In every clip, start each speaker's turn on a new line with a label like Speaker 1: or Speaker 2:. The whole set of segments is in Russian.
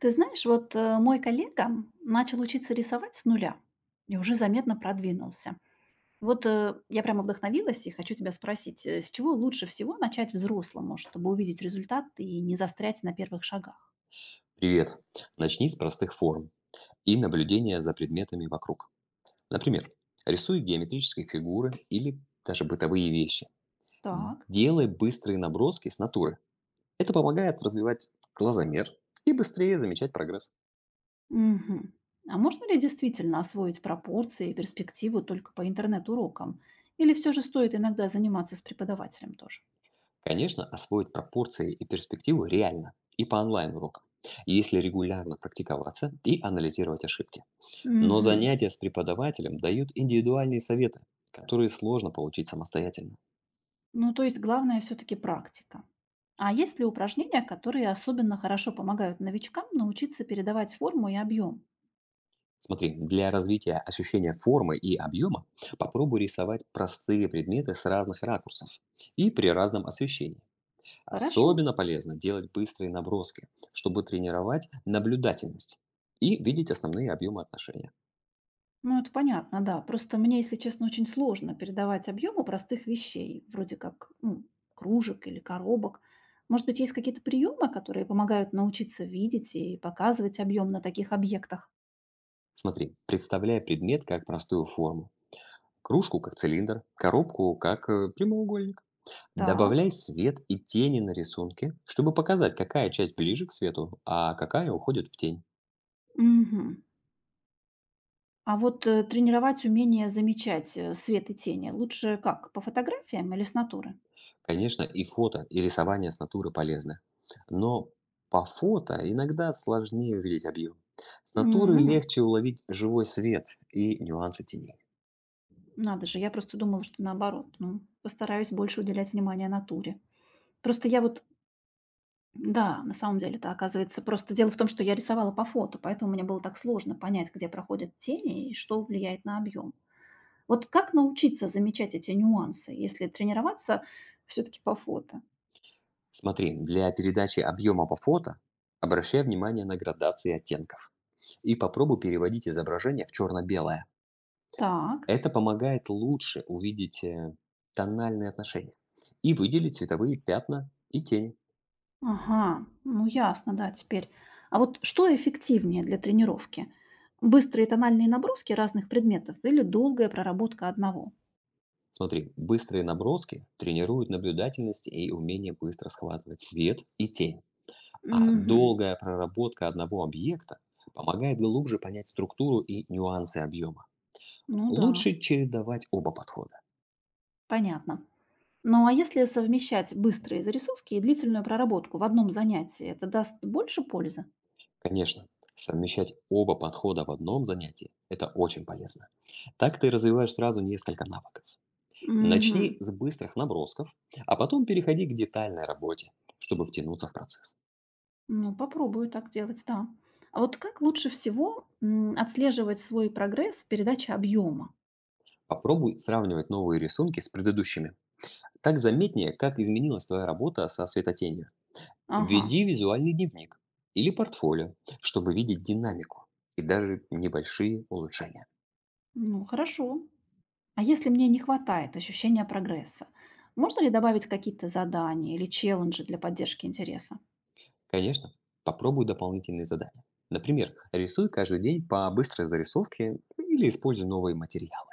Speaker 1: Ты знаешь, мой коллега начал учиться рисовать с нуля и уже заметно продвинулся. Я прямо вдохновилась и хочу тебя спросить, с чего лучше всего начать взрослому, чтобы увидеть результат и не застрять на первых шагах?
Speaker 2: Привет. Начни с простых форм и наблюдения за предметами вокруг. Например, рисуй геометрические фигуры или даже бытовые вещи.
Speaker 1: Так.
Speaker 2: Делай быстрые наброски с натуры. Это помогает развивать глазомер и быстрее замечать прогресс.
Speaker 1: Мгм. А можно ли действительно освоить пропорции и перспективу только по интернет-урокам? Или все же стоит иногда заниматься с преподавателем тоже?
Speaker 2: Конечно, освоить пропорции и перспективу реально и по онлайн-урокам, если регулярно практиковаться и анализировать ошибки. Но
Speaker 1: Мгм.
Speaker 2: занятия с преподавателем дают индивидуальные советы, которые сложно получить самостоятельно.
Speaker 1: Ну, то есть главное все таки практика. А есть ли упражнения, которые особенно хорошо помогают новичкам научиться передавать форму и объем?
Speaker 2: Смотри, для развития ощущения формы и объема попробуй рисовать простые предметы с разных ракурсов и при разном освещении.
Speaker 1: Хорошо.
Speaker 2: Особенно полезно делать быстрые наброски, чтобы тренировать наблюдательность и видеть основные объемы отношения.
Speaker 1: Ну, это понятно, да. Просто мне, если честно, очень сложно передавать объемы простых вещей, вроде как ну, кружек или коробок. Может быть, есть какие-то приемы, которые помогают научиться видеть и показывать объем на таких объектах?
Speaker 2: Смотри, представляй предмет как простую форму, кружку как цилиндр, коробку как прямоугольник.
Speaker 1: Так.
Speaker 2: Добавляй свет и тени на рисунке, чтобы показать, какая часть ближе к свету, а какая уходит в тень.
Speaker 1: Мгм. А тренировать умение замечать свет и тени лучше как, по фотографиям или с натуры?
Speaker 2: Конечно, и фото, и рисование с натуры полезны. Но по фото иногда сложнее увидеть объем. С натуры
Speaker 1: М,
Speaker 2: легче уловить живой свет и нюансы теней.
Speaker 1: надо же, я просто думала, что наоборот. Ну, постараюсь больше уделять внимание натуре. Просто я вот, да, на самом деле это оказывается. Просто дело в том, что я рисовала по фото, поэтому мне было так сложно понять, где проходят тени и что влияет на объем. Вот как научиться замечать эти нюансы, если тренироваться все-таки по фото?
Speaker 2: Смотри, для передачи объема по фото обращай внимание на градации оттенков и попробуй переводить изображение в черно-белое.
Speaker 1: Так,
Speaker 2: Это помогает лучше увидеть тональные отношения и выделить цветовые пятна и тени.
Speaker 1: ага, ну ясно, да, теперь. А вот что эффективнее для тренировки? Быстрые тональные наброски разных предметов или долгая проработка одного?
Speaker 2: Смотри, быстрые наброски тренируют наблюдательность и умение быстро схватывать свет и тень. А
Speaker 1: Мгм.
Speaker 2: долгая проработка одного объекта помогает глубже понять структуру и нюансы объема.
Speaker 1: Ну да,
Speaker 2: Лучше чередовать оба подхода.
Speaker 1: понятно. Ну а если совмещать быстрые зарисовки и длительную проработку в одном занятии, это даст больше пользы?
Speaker 2: Конечно, совмещать оба подхода в одном занятии — это очень полезно. Так ты развиваешь сразу несколько навыков.
Speaker 1: Мгм.
Speaker 2: Начни с быстрых набросков, а потом переходи к детальной работе, чтобы втянуться в процесс.
Speaker 1: Ну, попробую так делать, да. А вот как лучше всего отслеживать свой прогресс в передаче объема?
Speaker 2: Попробуй сравнивать новые рисунки с предыдущими. Так заметнее, как изменилась твоя работа со светотенью.
Speaker 1: Ага,
Speaker 2: Введи визуальный дневник или портфолио, чтобы видеть динамику и даже небольшие улучшения.
Speaker 1: ну хорошо. А если мне не хватает ощущения прогресса, можно ли добавить какие-то задания или челленджи для поддержки интереса?
Speaker 2: Конечно, попробуй дополнительные задания. Например, рисуй каждый день по быстрой зарисовке или используй новые материалы.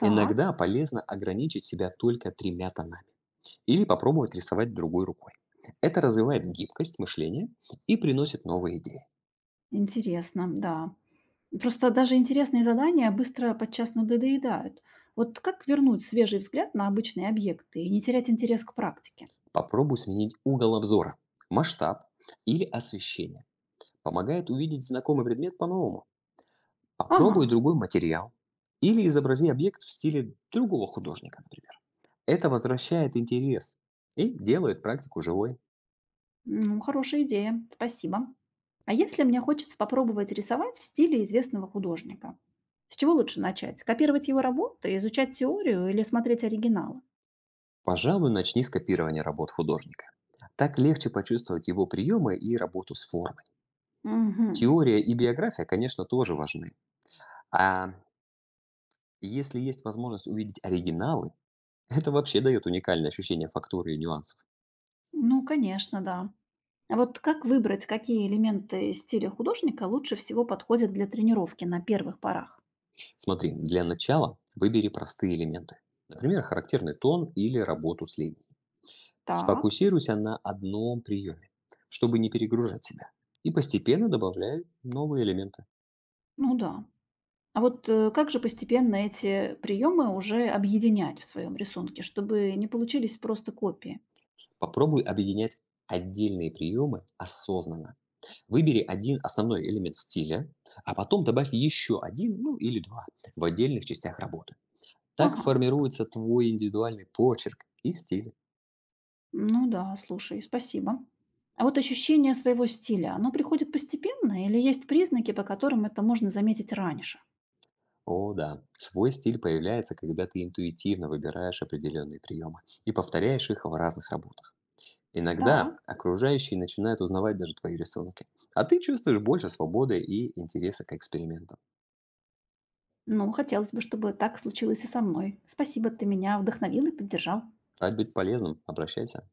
Speaker 1: Так,
Speaker 2: Иногда полезно ограничить себя только тремя тонами или попробовать рисовать другой рукой. Это развивает гибкость мышления и приносит новые идеи.
Speaker 1: интересно, да. Просто даже интересные задания быстро подчас надоедают. Вот как вернуть свежий взгляд на обычные объекты и не терять интерес к практике?
Speaker 2: Попробуй сменить угол обзора, масштаб или освещение. Помогает увидеть знакомый предмет по-новому.
Speaker 1: Ага,
Speaker 2: Попробуй другой материал. Или изобрази объект в стиле другого художника, например. Это возвращает интерес и делает практику живой.
Speaker 1: ну, хорошая идея, спасибо. А если мне хочется попробовать рисовать в стиле известного художника? С чего лучше начать? Копировать его работы, изучать теорию или смотреть оригиналы?
Speaker 2: Пожалуй, начни с копирования работ художника. Так легче почувствовать его приемы и работу с формой.
Speaker 1: Угу.
Speaker 2: Теория и биография, конечно, тоже важны. А если есть возможность увидеть оригиналы, это вообще дает уникальное ощущение фактуры и нюансов.
Speaker 1: Ну, конечно, да. А вот как выбрать, какие элементы стиля художника лучше всего подходят для тренировки на первых порах?
Speaker 2: Смотри, для начала выбери простые элементы. Например, характерный тон или работу с линией.
Speaker 1: Так,
Speaker 2: Сфокусируйся на одном приеме, чтобы не перегружать себя. И постепенно добавляй новые элементы.
Speaker 1: ну да. А как же постепенно эти приемы уже объединять в своем рисунке, чтобы не получились просто копии?
Speaker 2: Попробуй объединять отдельные приемы осознанно. Выбери один основной элемент стиля, а потом добавь еще один, ну или два, в отдельных частях работы. Так
Speaker 1: Ага,
Speaker 2: формируется твой индивидуальный почерк и стиль.
Speaker 1: ну да, слушай, спасибо. А вот ощущение своего стиля, оно приходит постепенно или есть признаки, по которым это можно заметить раньше?
Speaker 2: О да, свой стиль появляется, когда ты интуитивно выбираешь определенные приемы и повторяешь их в разных работах.
Speaker 1: Так,
Speaker 2: Иногда окружающие начинают узнавать даже твои рисунки, а ты чувствуешь больше свободы и интереса к экспериментам.
Speaker 1: ну хотелось бы, чтобы так случилось и со мной. Спасибо, ты меня вдохновил и поддержал.
Speaker 2: Рад быть полезным, обращайся.